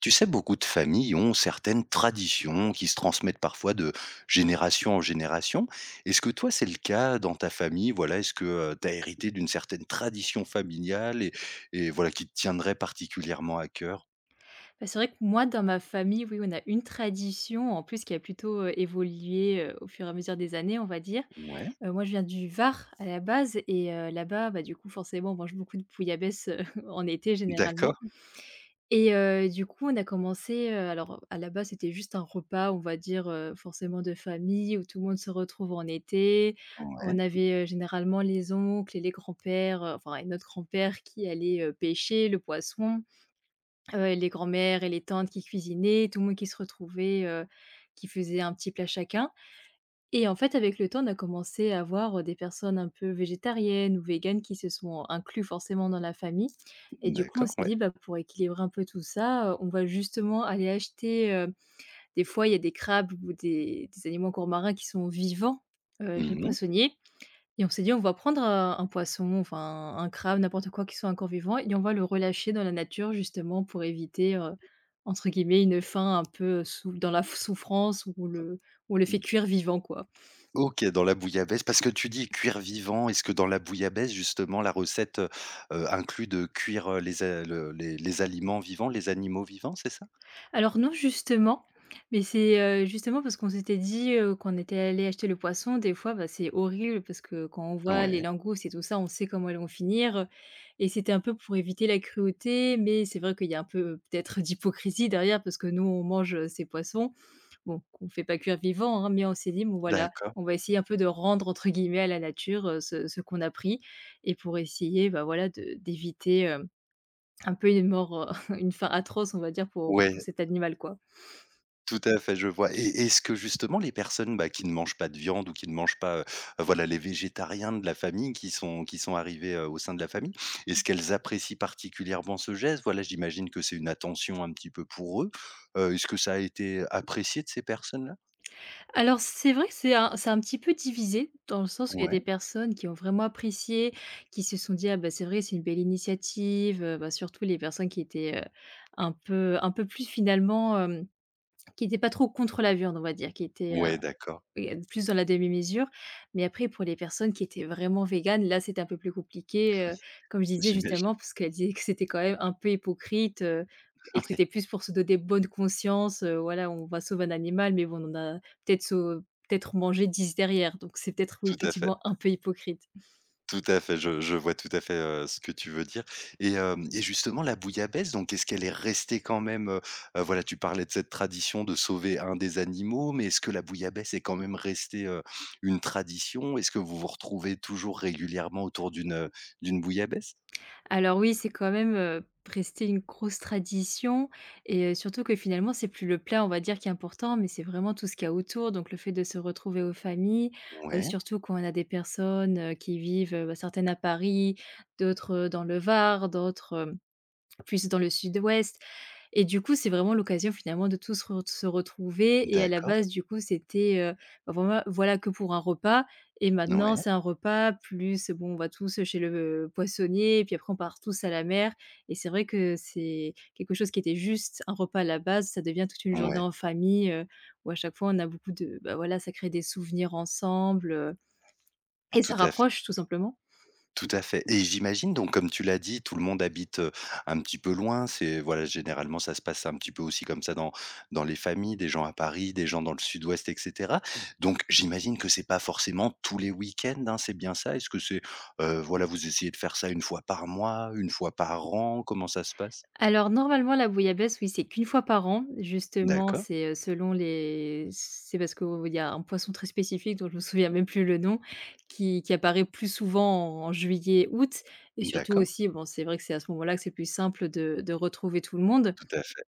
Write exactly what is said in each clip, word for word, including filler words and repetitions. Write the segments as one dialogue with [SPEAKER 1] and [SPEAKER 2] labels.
[SPEAKER 1] Tu sais, beaucoup de familles ont certaines traditions qui se transmettent parfois de génération en génération. Est-ce que toi, c'est le cas dans ta famille? Voilà, est-ce que tu as hérité d'une certaine tradition familiale et, et voilà, qui te tiendrait particulièrement à cœur?
[SPEAKER 2] Bah, c'est vrai que moi, dans ma famille, oui, on a une tradition, en plus, qui a plutôt, heu, évolué, heu, au fur et à mesure des années, on va dire.
[SPEAKER 1] Ouais,
[SPEAKER 2] Heu, moi, je viens du Var, à la base et heu, là-bas, bah, du coup, forcément, on mange beaucoup de bouillabaisse, heu, en été,
[SPEAKER 1] d'accord,
[SPEAKER 2] généralement et heu, du coup, on a commencé, heu, alors, à la base, c'était juste un repas, on va dire, heu, forcément de famille où tout le monde se retrouve en été. On
[SPEAKER 1] ouais,
[SPEAKER 2] avait, heu, généralement les oncles et les grands-pères, heu, enfin et notre grand-père qui allait, heu, pêcher le poisson. Heu, les grands-mères et les tantes qui cuisinaient, tout le monde qui se retrouvait, heu, qui faisait un petit plat chacun et en fait, avec le temps, on a commencé à avoir des personnes un peu végétariennes ou véganes qui se sont inclus forcément dans la famille et du coup, on
[SPEAKER 1] d'accord,
[SPEAKER 2] s'est
[SPEAKER 1] ouais.
[SPEAKER 2] dit : « Bah, pour équilibrer un peu tout ça, heu, on va justement aller acheter », heu, des fois, il y a des crabes ou des des animaux encore marins qui sont vivants, heu, chez le
[SPEAKER 1] Mhm.
[SPEAKER 2] poissonnier et on s'est dit : « On va prendre, heu, un poisson, enfin un crabe, n'importe quoi qui soit encore vivant et on va le relâcher dans la nature justement pour éviter, heu, entre guillemets, une fin un peu sou dans la f souffrance où on le où on le fait cuire vivant quoi ».
[SPEAKER 1] OK, dans la bouillabaisse, parce que tu dis cuire vivant, est-ce que dans la bouillabaisse justement la recette, heu heu, inclut de cuire, heu, les a le les les aliments vivants, les animaux vivants, c'est ça?
[SPEAKER 2] Alors non justement, mais c'est, heu, justement parce qu'on s'était dit, heu, qu'on était allé acheter le poisson, des fois, bah, c'est horrible parce que quand on voit les
[SPEAKER 1] Ouais,
[SPEAKER 2] langoustes et tout ça, on sait comment elles vont finir, et c'était un peu pour éviter la cruauté, mais c'est vrai qu'il y a un peu euh, peut-être d'hypocrisie derrière parce que nous on mange, heu, ces poissons. Bon, qu'on fait pas cuire vivant, hein, mais on s'est dit : « Bon voilà,
[SPEAKER 1] d'accord.
[SPEAKER 2] on va essayer un peu de "rendre" entre guillemets à la nature, heu, ce ce qu'on a pris » et pour essayer, bah, voilà de d'éviter, hem, un peu une mort, heu, une fin atroce on va dire pour pour
[SPEAKER 1] Ouais.
[SPEAKER 2] cet animal quoi.
[SPEAKER 1] Tout à fait, je vois. Et est-ce que justement les personnes, bah, qui ne mangent pas de viande ou qui ne mangent pas, heu, voilà, les végétariens de la famille qui sont qui sont arrivés, heu, au sein de la famille, est-ce qu'elles apprécient particulièrement ce geste? Voilà, j'imagine que c'est une attention un petit peu pour eux. Heu, est-ce que ça a été apprécié de ces personnes-là?
[SPEAKER 2] Alors c'est vrai que c'est un c'est un petit peu divisé, dans le sens où il y a des
[SPEAKER 1] Ouais,
[SPEAKER 2] personnes qui ont vraiment apprécié, qui se sont dit : « Ah bah, c'est vrai, c'est une belle initiative », heu, bah, surtout les personnes qui étaient, heu, un peu un peu plus finalement, hem, qui étaient pas trop contre la viande on va dire, qui étaient,
[SPEAKER 1] ouais, d'accord,
[SPEAKER 2] oui, plus dans la demi-mesure, mais après pour les personnes qui étaient vraiment véganes, là, c'était un peu plus compliqué, heu, comme je disais
[SPEAKER 1] j'imagine.
[SPEAKER 2] justement, parce qu'elle disait que c'était quand même un peu hypocrite, heu et que
[SPEAKER 1] Oui,
[SPEAKER 2] c'était plus pour se donner bonne conscience, heu, voilà, on va sauver un animal, mais bon, on en a peut-être peut-être mangé dix derrière, donc c'est peut-être, oui,
[SPEAKER 1] tout à fait.
[SPEAKER 2] effectivement un peu hypocrite.
[SPEAKER 1] Tout à fait, je je vois tout à fait, heu, ce que tu veux dire et hem et justement la bouillabaisse donc est-ce qu'elle est restée quand même, heu heu, voilà tu parlais de cette tradition de sauver un des animaux, mais est-ce que la bouillabaisse est quand même restée, heu, une tradition? Est-ce que vous vous retrouvez toujours régulièrement autour d'une, heu, d'une bouillabaisse?
[SPEAKER 2] Alors oui, c'est quand même, heu, resté une grosse tradition et heu, surtout que finalement, c'est plus le plat, on va dire, qui est important, mais c'est vraiment tout ce qu'il y a autour. Donc le fait de se retrouver aux familles, heu,
[SPEAKER 1] Ouais,
[SPEAKER 2] surtout quand on a des personnes, heu, qui vivent, heu, bah, certaines à Paris, d'autres, heu, dans le Var, d'autres, hem, plus dans le sud-ouest. Et du coup, c'est vraiment l'occasion finalement de tous re se retrouver et à la
[SPEAKER 1] d'accord,
[SPEAKER 2] base, du coup, c'était, heu, bah, vraiment voilà que pour un repas et maintenant
[SPEAKER 1] ouais,
[SPEAKER 2] c'est un repas plus, bon, on va tous chez le poissonnier et puis après on part tous à la mer et c'est vrai que c'est quelque chose qui était juste un repas à la base, ça devient toute une journée
[SPEAKER 1] ouais,
[SPEAKER 2] en famille, heu, où à chaque fois on a beaucoup de bah, voilà, ça crée des souvenirs ensemble, heu et ça
[SPEAKER 1] tout à fait.
[SPEAKER 2] rapproche tout simplement.
[SPEAKER 1] Tout à fait et j'imagine donc comme tu l'as dit, tout le monde habite, heu, un petit peu loin. C'est voilà, généralement, ça se passe un petit peu aussi comme ça dans dans les familles, des gens à Paris, des gens dans le sud-ouest et cetera. Donc j'imagine que c'est pas forcément tous les week-ends, hein, c'est bien ça? Est-ce que c'est, heu, voilà, vous essayez de faire ça une fois par mois, une fois par an? Comment ça se passe?
[SPEAKER 2] Alors normalement la bouillabaisse, oui, c'est qu'une fois par an. Justement,
[SPEAKER 1] D'accord,
[SPEAKER 2] c'est, heu, selon les c'est parce qu'il y a un poisson très spécifique dont je me souviens même plus le nom, qui qui apparaît plus souvent en en juillet-août et surtout
[SPEAKER 1] d'accord,
[SPEAKER 2] aussi, bon, c'est vrai que c'est à ce moment-là que c'est plus simple de de retrouver tout le monde
[SPEAKER 1] tout à fait.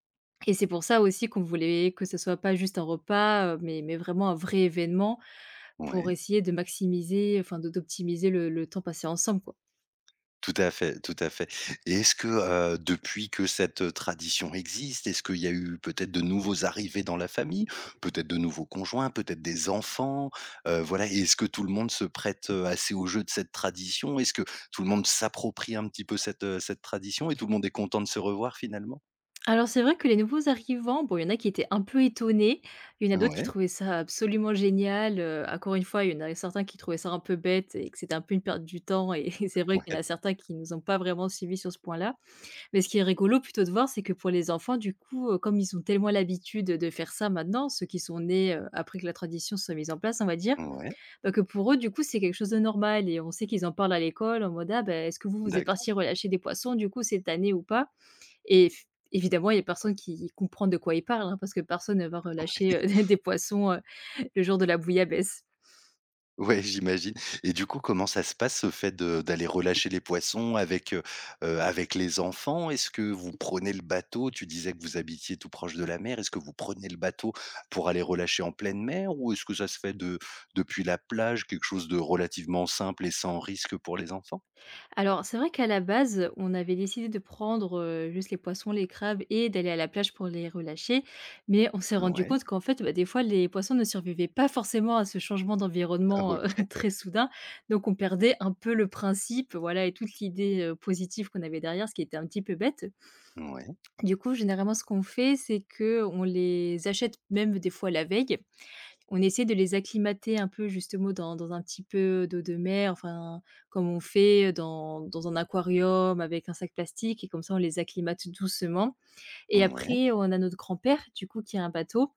[SPEAKER 2] et c'est pour ça aussi qu'on voulait que ce soit pas juste un repas, heu, mais mais vraiment un vrai événement pour
[SPEAKER 1] Ouais.
[SPEAKER 2] essayer de maximiser, enfin de d'optimiser le le temps passé ensemble, quoi.
[SPEAKER 1] Tout à fait, tout à fait. Et est-ce que, heu, depuis que cette, heu, tradition existe, est-ce qu'il y a eu peut-être de nouveaux arrivés dans la famille? Peut-être de nouveaux conjoints, peut-être des enfants? Heu, voilà et est-ce que tout le monde se prête, heu, assez au jeu de cette tradition? Est-ce que tout le monde s'approprie un petit peu cette, heu, cette tradition et tout le monde est content de se revoir finalement?
[SPEAKER 2] Alors c'est vrai que les nouveaux arrivants, bon, il y en a qui étaient un peu étonnés, il y en a d'autres qui
[SPEAKER 1] Ouais,
[SPEAKER 2] trouvaient ça absolument génial, heu, encore une fois, il y en a certains qui trouvaient ça un peu bête et que c'était un peu une perte du temps et c'est vrai qu'il y en
[SPEAKER 1] ouais,
[SPEAKER 2] a certains qui nous ont pas vraiment suivis sur ce point-là. Mais ce qui est rigolo plutôt de voir, c'est que pour les enfants, du coup, heu, comme ils ont tellement l'habitude de faire ça maintenant, ceux qui sont nés, heu, après que la tradition soit mise en place, on va dire,
[SPEAKER 1] ouais,
[SPEAKER 2] bah, que pour eux, du coup, c'est quelque chose de normal et on sait qu'ils en parlent à l'école en mode : « Ah, bah, est-ce que vous, vous êtes
[SPEAKER 1] d'accord,
[SPEAKER 2] partis relâcher des poissons, du coup, cette année ou pas ? » Et f évidemment, il y a personne qui comprend de quoi il parle, hein, parce que personne ne va relâcher,
[SPEAKER 1] ouais.
[SPEAKER 2] heu, des poissons, heu, le jour de la bouillabaisse.
[SPEAKER 1] Ouais, j'imagine et du coup, comment ça se passe, ce fait de d'aller relâcher les poissons avec, heu heu, avec les enfants? Est-ce que vous prenez le bateau? Tu disais que vous habitiez tout proche de la mer. Est-ce que vous prenez le bateau pour aller relâcher en pleine mer ou est-ce que ça se fait de depuis la plage, quelque chose de relativement simple et sans risque pour les enfants?
[SPEAKER 2] Alors, c'est vrai qu'à la base, on avait décidé de prendre, heu, juste les poissons, les crabes et d'aller à la plage pour les relâcher. Mais on s'est rendu
[SPEAKER 1] Ouais,
[SPEAKER 2] compte qu'en fait, bah, des fois, les poissons ne survivaient pas forcément à ce changement d'environnement, heu,
[SPEAKER 1] OK.
[SPEAKER 2] très soudain. Donc on perdait un peu le principe, voilà et toute l'idée, heu, positive qu'on avait derrière, ce qui était un petit peu bête.
[SPEAKER 1] Ouais,
[SPEAKER 2] Du coup, généralement, ce qu'on fait, c'est que on les achète même des fois la veille. On essaie de les acclimater un peu justement dans dans un petit peu d'eau de mer, enfin, comme on fait dans dans un aquarium avec un sac plastique et comme ça on les acclimate doucement et
[SPEAKER 1] ouais,
[SPEAKER 2] après, on a notre grand-père du coup qui a un bateau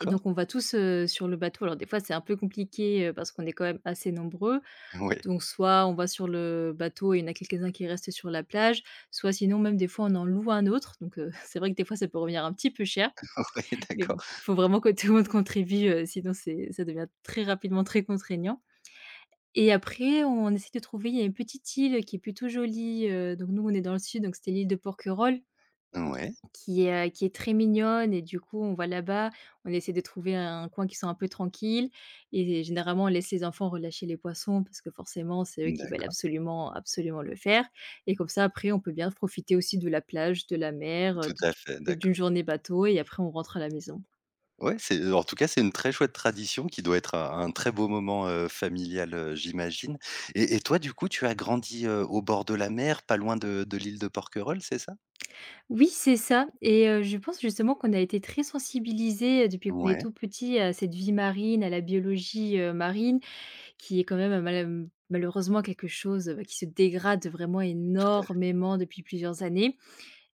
[SPEAKER 2] et donc on va tous, heu, sur le bateau. Alors des fois, c'est un peu compliqué, heu, parce qu'on est quand même assez nombreux,
[SPEAKER 1] Ouais,
[SPEAKER 2] donc soit on va sur le bateau et il y en a quelques-uns qui restent sur la plage, soit sinon même des fois on en loue un autre, donc heu, c'est vrai que des fois ça peut revenir un petit peu cher
[SPEAKER 1] ouais,
[SPEAKER 2] mais
[SPEAKER 1] d'accord.
[SPEAKER 2] bon, il faut vraiment que tout le monde contribue, heu, sinon c'est ça devient très rapidement très contraignant et après on essaie de trouver il y a une petite île qui est plutôt jolie, heu, donc nous on est dans le sud, donc c'était l'île de Porquerolles
[SPEAKER 1] Ouais,
[SPEAKER 2] qui est, heu, qui est très mignonne et du coup on va là-bas, on essaie de trouver un coin qui soit un peu tranquille et généralement on laisse les enfants relâcher les poissons parce que forcément c'est eux qui veulent
[SPEAKER 1] d'accord.
[SPEAKER 2] absolument, absolument le faire et comme ça après on peut bien profiter aussi de la plage, de la mer, heu,
[SPEAKER 1] Tout à fait,
[SPEAKER 2] de d'une
[SPEAKER 1] d'accord.
[SPEAKER 2] journée bateau et après on rentre à la maison.
[SPEAKER 1] Ouais, c'est en tout cas, c'est une très chouette tradition qui doit être un un très beau moment, heu, familial, heu, j'imagine et et toi, du coup, tu as grandi, heu, au bord de la mer, pas loin de de l'île de Porquerolles, c'est ça?
[SPEAKER 2] Oui, c'est ça et heu, je pense justement qu'on a été très sensibilisés, heu, depuis qu'on est
[SPEAKER 1] Ouais,
[SPEAKER 2] tout petit à cette vie marine, à la biologie, heu, marine qui est quand même euh, mal mmh, malheureusement quelque chose, heu, bah, qui se dégrade vraiment
[SPEAKER 1] tout à fait.
[SPEAKER 2] énormément depuis plusieurs années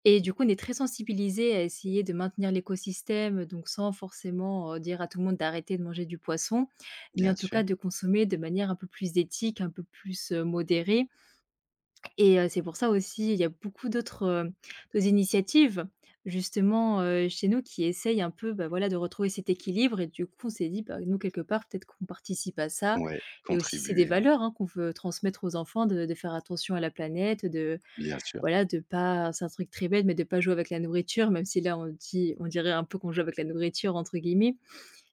[SPEAKER 2] et du coup, on est très sensibilisés à essayer de maintenir l'écosystème, donc sans forcément, heu, dire à tout le monde d'arrêter de manger du poisson, mais en
[SPEAKER 1] Bien
[SPEAKER 2] tout
[SPEAKER 1] sûr.
[SPEAKER 2] cas de consommer de manière un peu plus éthique, un peu plus, heu, modérée et heu, c'est pour ça aussi, il y a beaucoup d'autres, heu, d'autres initiatives justement, heu, chez nous qui essayent un peu, bah, voilà, de retrouver cet équilibre et du coup, on s'est dit : « Bah, nous quelque part, peut-être qu'on participe à ça »
[SPEAKER 1] Ouais,
[SPEAKER 2] et aussi c'est des
[SPEAKER 1] contribuer, ouais,
[SPEAKER 2] valeurs, hein, qu'on veut transmettre aux enfants de de faire attention à la planète, de
[SPEAKER 1] bien sûr,
[SPEAKER 2] voilà, de pas c'est un truc très bête, mais de pas jouer avec la nourriture, même si là, on dit on dirait un peu qu'on "joue avec la nourriture" entre guillemets,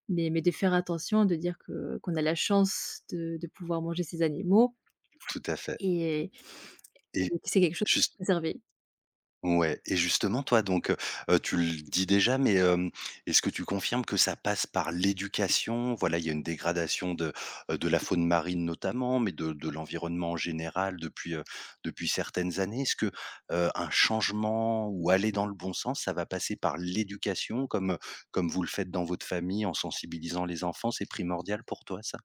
[SPEAKER 2] mais mais de faire attention, de dire que qu'on a la chance de de pouvoir manger ces animaux
[SPEAKER 1] tout à fait
[SPEAKER 2] et
[SPEAKER 1] et
[SPEAKER 2] et c'est quelque chose à
[SPEAKER 1] juste
[SPEAKER 2] préserver.
[SPEAKER 1] Ouais et justement toi donc, heu Tu le dis déjà mais, hem, est-ce que tu confirmes que ça passe par l'éducation? Voilà, il y a une dégradation de, heu, de la faune marine notamment, mais de de l'environnement en général depuis, heu, depuis certaines années. Est-ce que, heu, un changement ou aller dans le bon sens, ça va passer par l'éducation comme, comme vous le faites dans votre famille en sensibilisant les enfants? C'est primordial pour toi ça?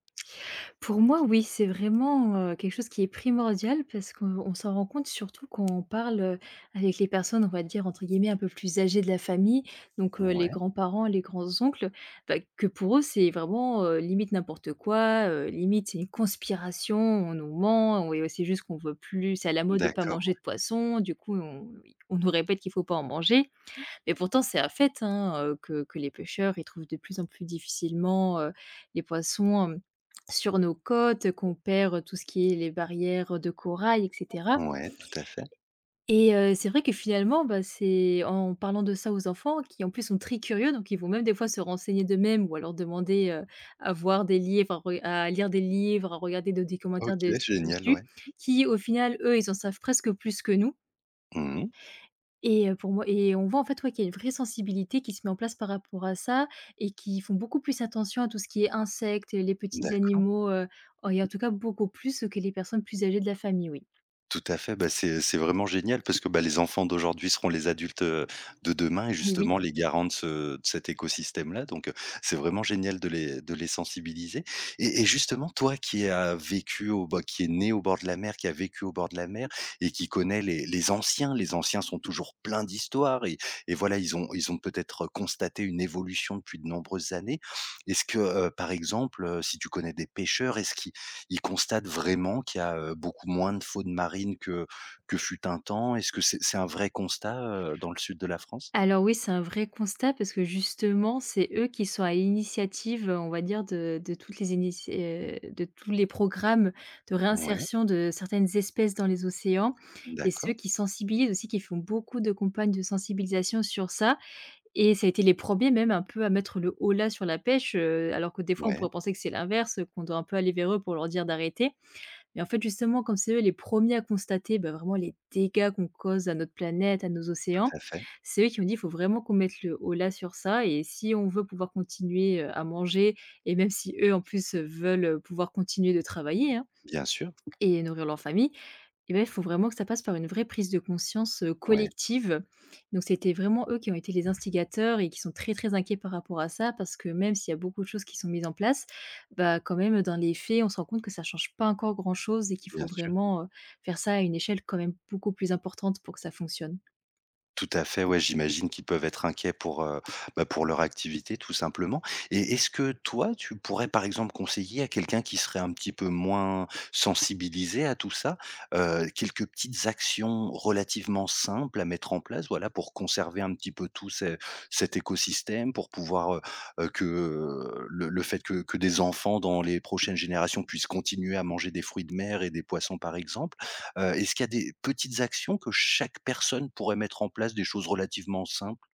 [SPEAKER 2] Pour moi, oui, c'est vraiment, heu, quelque chose qui est primordial parce qu'on on s'en rend compte surtout quand on parle, heu, avec les personnes, on va dire, entre guillemets, «un peu plus âgées» de la famille, donc heu, les
[SPEAKER 1] Ouais,
[SPEAKER 2] grands-parents, les grands-oncles, bah, que pour eux, c'est vraiment, heu, limite n'importe quoi, heu, limite c'est une conspiration, on nous ment, on et c'est juste qu'on veut plus c'est à la mode de pas
[SPEAKER 1] d'accord.
[SPEAKER 2] manger de poisson, du coup on on nous répète qu'il faut pas en manger. Mais pourtant, c'est un fait, hein, heu, que que les pêcheurs, ils trouvent de plus en plus difficilement, heu, les poissons, hem, sur nos côtes, qu'on perd tout ce qui est les barrières de corail et cetera.
[SPEAKER 1] Ouais, tout à fait.
[SPEAKER 2] Et heu, c'est vrai que finalement, bah, c'est en parlant de ça aux enfants qui, en plus, sont très curieux, donc ils vont même des fois se renseigner d'eux-mêmes ou alors demander, heu, à voir des livres, à re à lire des livres, à regarder de des commentaires des
[SPEAKER 1] OK, génial,
[SPEAKER 2] dessus
[SPEAKER 1] ouais.
[SPEAKER 2] qui, au final, eux, ils en savent presque plus que nous.
[SPEAKER 1] Mmh.
[SPEAKER 2] Et heu, pour moi et on voit en fait, ouais, qu'il y a une vraie sensibilité qui se met en place par rapport à ça et qui font beaucoup plus attention à tout ce qui est insectes, les petits
[SPEAKER 1] D'accord.
[SPEAKER 2] animaux, heu, oh, et en tout cas beaucoup plus que les personnes plus âgées de la famille, oui.
[SPEAKER 1] Tout à fait, bah, c'est c'est vraiment génial parce que, bah, les enfants d'aujourd'hui seront les adultes, heu, de demain et
[SPEAKER 2] Oui, oui.
[SPEAKER 1] justement les garants de ce de cet écosystème-là donc, heu, c'est vraiment génial de les de les sensibiliser et et justement toi qui as vécu au bah, qui est né au bord de la mer, qui a vécu au bord de la mer et qui connaît les les anciens, les anciens sont toujours pleins d'histoires et et voilà, ils ont ils ont peut-être constaté une évolution depuis de nombreuses années. Est-ce que, heu, par exemple, heu, si tu connais des pêcheurs, est-ce qu'ils ils constatent vraiment qu'il y a, heu, beaucoup moins de faune marines que que fut un temps? Est-ce que c'est c'est un vrai constat, heu, dans le sud de la France?
[SPEAKER 2] Alors oui, c'est un vrai constat parce que justement, c'est eux qui sont à l'initiative, heu, on va dire de de toutes les initia heu, de tous les programmes de
[SPEAKER 1] Ouais,
[SPEAKER 2] réinsertion de certaines espèces dans les océans et ceux
[SPEAKER 1] d'accord,
[SPEAKER 2] qui sensibilisent aussi, qui font beaucoup de campagnes de sensibilisation sur ça. Et ça a été les premiers, même un peu à mettre le holà sur la pêche, heu, alors que des fois on
[SPEAKER 1] ouais,
[SPEAKER 2] pourrait penser que c'est l'inverse, qu'on doit un peu aller vers eux pour leur dire d'arrêter. Mais en fait justement comme c'est eux les premiers à constater, bah, vraiment les dégâts qu'on cause à notre planète, à nos
[SPEAKER 1] tout
[SPEAKER 2] océans,
[SPEAKER 1] à fait,
[SPEAKER 2] c'est eux qui ont dit: «Il faut vraiment qu'on mette le holà sur ça et si on veut pouvoir continuer, heu, à manger» et même si eux en plus, heu, veulent, heu, pouvoir continuer de travailler, hein,
[SPEAKER 1] bien sûr,
[SPEAKER 2] et nourrir leur famille, et ben, il faut vraiment que ça passe par une vraie prise de conscience, heu,
[SPEAKER 1] ouais,
[SPEAKER 2] collective. Donc c'était vraiment eux qui ont été les instigateurs et qui sont très, très inquiets par rapport à ça parce que même s'il y a beaucoup de choses qui sont mises en place, bah, quand même, dans les faits, on se rend compte que ça change pas encore grand-chose et qu'il
[SPEAKER 1] bien
[SPEAKER 2] faut
[SPEAKER 1] sûr.
[SPEAKER 2] vraiment, heu, faire ça à une échelle quand même beaucoup plus importante pour que ça fonctionne.
[SPEAKER 1] Tout à fait, ouais, j'imagine qu'ils peuvent être inquiets pour, heu, bah, pour leur activité tout simplement et est-ce que toi, tu pourrais par exemple conseiller à quelqu'un qui serait un petit peu moins sensibilisé à tout ça, heu, quelques petites actions relativement simples à mettre en place, voilà, pour conserver un petit peu tout ce cet écosystème, pour pouvoir, heu heu, que, heu, le le fait que que des enfants dans les prochaines générations puissent continuer à manger des fruits de mer et des poissons par exemple? Heu, est-ce qu'il y a des petites actions que chaque personne pourrait mettre en place, des choses relativement simples?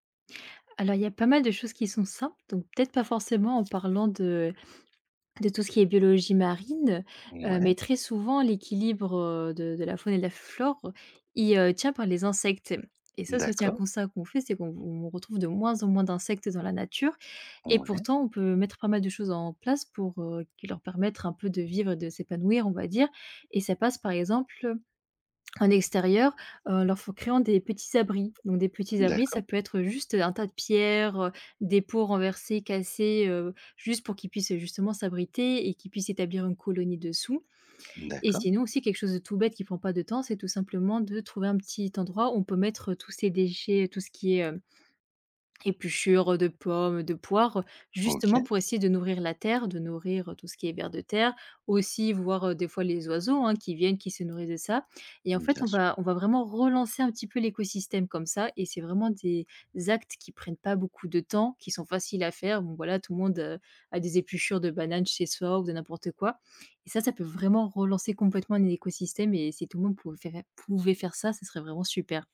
[SPEAKER 2] Alors il y a pas mal de choses qui sont simples, donc peut-être pas forcément en parlant de De tout ce qui est biologie marine, heu, mais
[SPEAKER 1] Ouais,
[SPEAKER 2] très souvent l'équilibre, heu, de de la faune et de la flore, il, heu, tient par les insectes et ça c'est aussi un
[SPEAKER 1] d'accord,
[SPEAKER 2] constat qu'on fait, c'est qu'on on retrouve de moins en moins d'insectes dans la nature et
[SPEAKER 1] ouais,
[SPEAKER 2] pourtant on peut mettre pas mal de choses en place pour, heu, qui leur permettre un peu de vivre et de s'épanouir, on va dire. Et ça passe par exemple en extérieur, heu, en leur f créant des petits abris. Donc des petits abris, ça
[SPEAKER 1] d'accord,
[SPEAKER 2] peut être juste, un tas de pierres, heu, des pots renversés, cassés, heu, juste pour qu'ils puissent, justement s'abriter et qu'ils puissent établir une colonie dessous. Et
[SPEAKER 1] d'accord,
[SPEAKER 2] sinon aussi quelque chose de tout bête qui prend pas de temps, c'est tout simplement de trouver un petit endroit où on peut mettre, tous ces déchets, tout ce qui est, hem épluchures de pommes, de poires,
[SPEAKER 1] OK,
[SPEAKER 2] justement pour essayer de nourrir la terre, de nourrir tout ce qui est vers de terre, aussi voir, heu, des fois les oiseaux, hein, qui viennent, qui se nourrissent de ça et en fait,
[SPEAKER 1] bien
[SPEAKER 2] on
[SPEAKER 1] sûr.
[SPEAKER 2] va on va vraiment relancer un petit peu l'écosystème comme ça et c'est vraiment des actes qui prennent pas beaucoup de temps, qui sont faciles à faire. Bon voilà, tout le monde, heu, a des épluchures de bananes chez soi ou de n'importe quoi et ça, ça peut vraiment relancer complètement un écosystème et si tout le monde pouvait faire pouvait faire ça, ce serait vraiment super.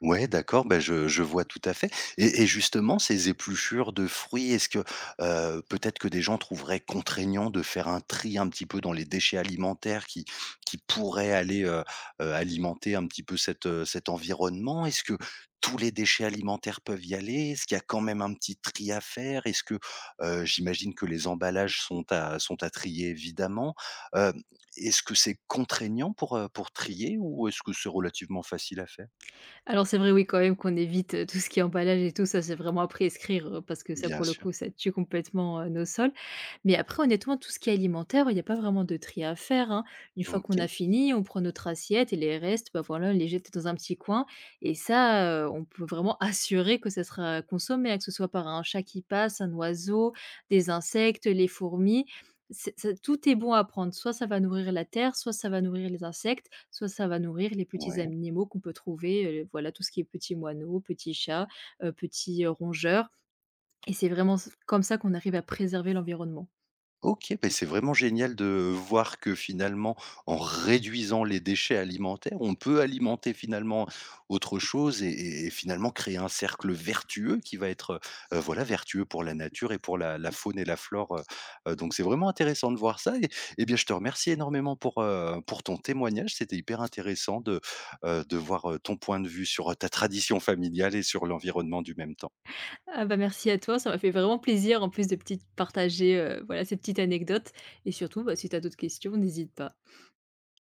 [SPEAKER 1] Ouais, d'accord, ben je je vois tout à fait et et justement ces épluchures de fruits, est-ce que, heu, peut-être que des gens trouveraient contraignant de faire un tri un petit peu dans les déchets alimentaires qui qui pourraient aller, heu heu, alimenter un petit peu cet, heu, cet environnement? Est-ce que tous les déchets alimentaires peuvent y aller? Est-ce qu'il y a quand même un petit tri à faire? Est-ce que, heu, j'imagine que les emballages sont à sont à trier évidemment, heu, est-ce que c'est contraignant pour, heu, pour trier ou est-ce que c'est relativement facile à faire?
[SPEAKER 2] Alors c'est vrai, oui, quand même qu'on évite, heu, tout ce qui est emballage et tout ça, c'est vraiment à prescrire, heu, parce que ça,
[SPEAKER 1] Bien
[SPEAKER 2] pour le
[SPEAKER 1] sûr.
[SPEAKER 2] coup, ça tue complètement, heu, nos sols. Mais après, honnêtement, tout ce qui est alimentaire, il n'y a pas vraiment de tri à faire, hein. Une fois qu'on a
[SPEAKER 1] OK,
[SPEAKER 2] fini, on prend notre assiette et les restes, bah, voilà, on les jette dans un petit coin et ça, heu, on peut vraiment assurer que ça sera consommé, hein, que ce soit par un chat qui passe, un oiseau, des insectes, les fourmis. C'est ça, tout est bon à prendre, soit ça va nourrir la terre, soit ça va nourrir les insectes, soit ça va nourrir les petits
[SPEAKER 1] ouais.
[SPEAKER 2] animaux qu'on peut trouver, heu, voilà tout ce qui est petits moineaux, petits chats, heu, petits, heu, rongeurs et c'est vraiment s comme ça qu'on arrive à préserver l'environnement.
[SPEAKER 1] OK, ben c'est vraiment génial de voir que finalement, en réduisant les déchets alimentaires, on peut alimenter finalement autre chose et et et finalement créer un cercle vertueux qui va être, heu, voilà, vertueux pour la nature et pour la la faune et la flore, heu heu, donc c'est vraiment intéressant de voir ça et et bien, je te remercie énormément pour, heu, pour ton témoignage. C'était hyper intéressant de, heu, de voir, heu, ton point de vue sur, heu, ta tradition familiale et sur l'environnement du même temps.
[SPEAKER 2] Ah bah, merci à toi, ça m'a fait vraiment plaisir en plus de petites partager, heu, voilà ces petites anecdotes et surtout, bah, si tu as d'autres questions, n'hésite pas.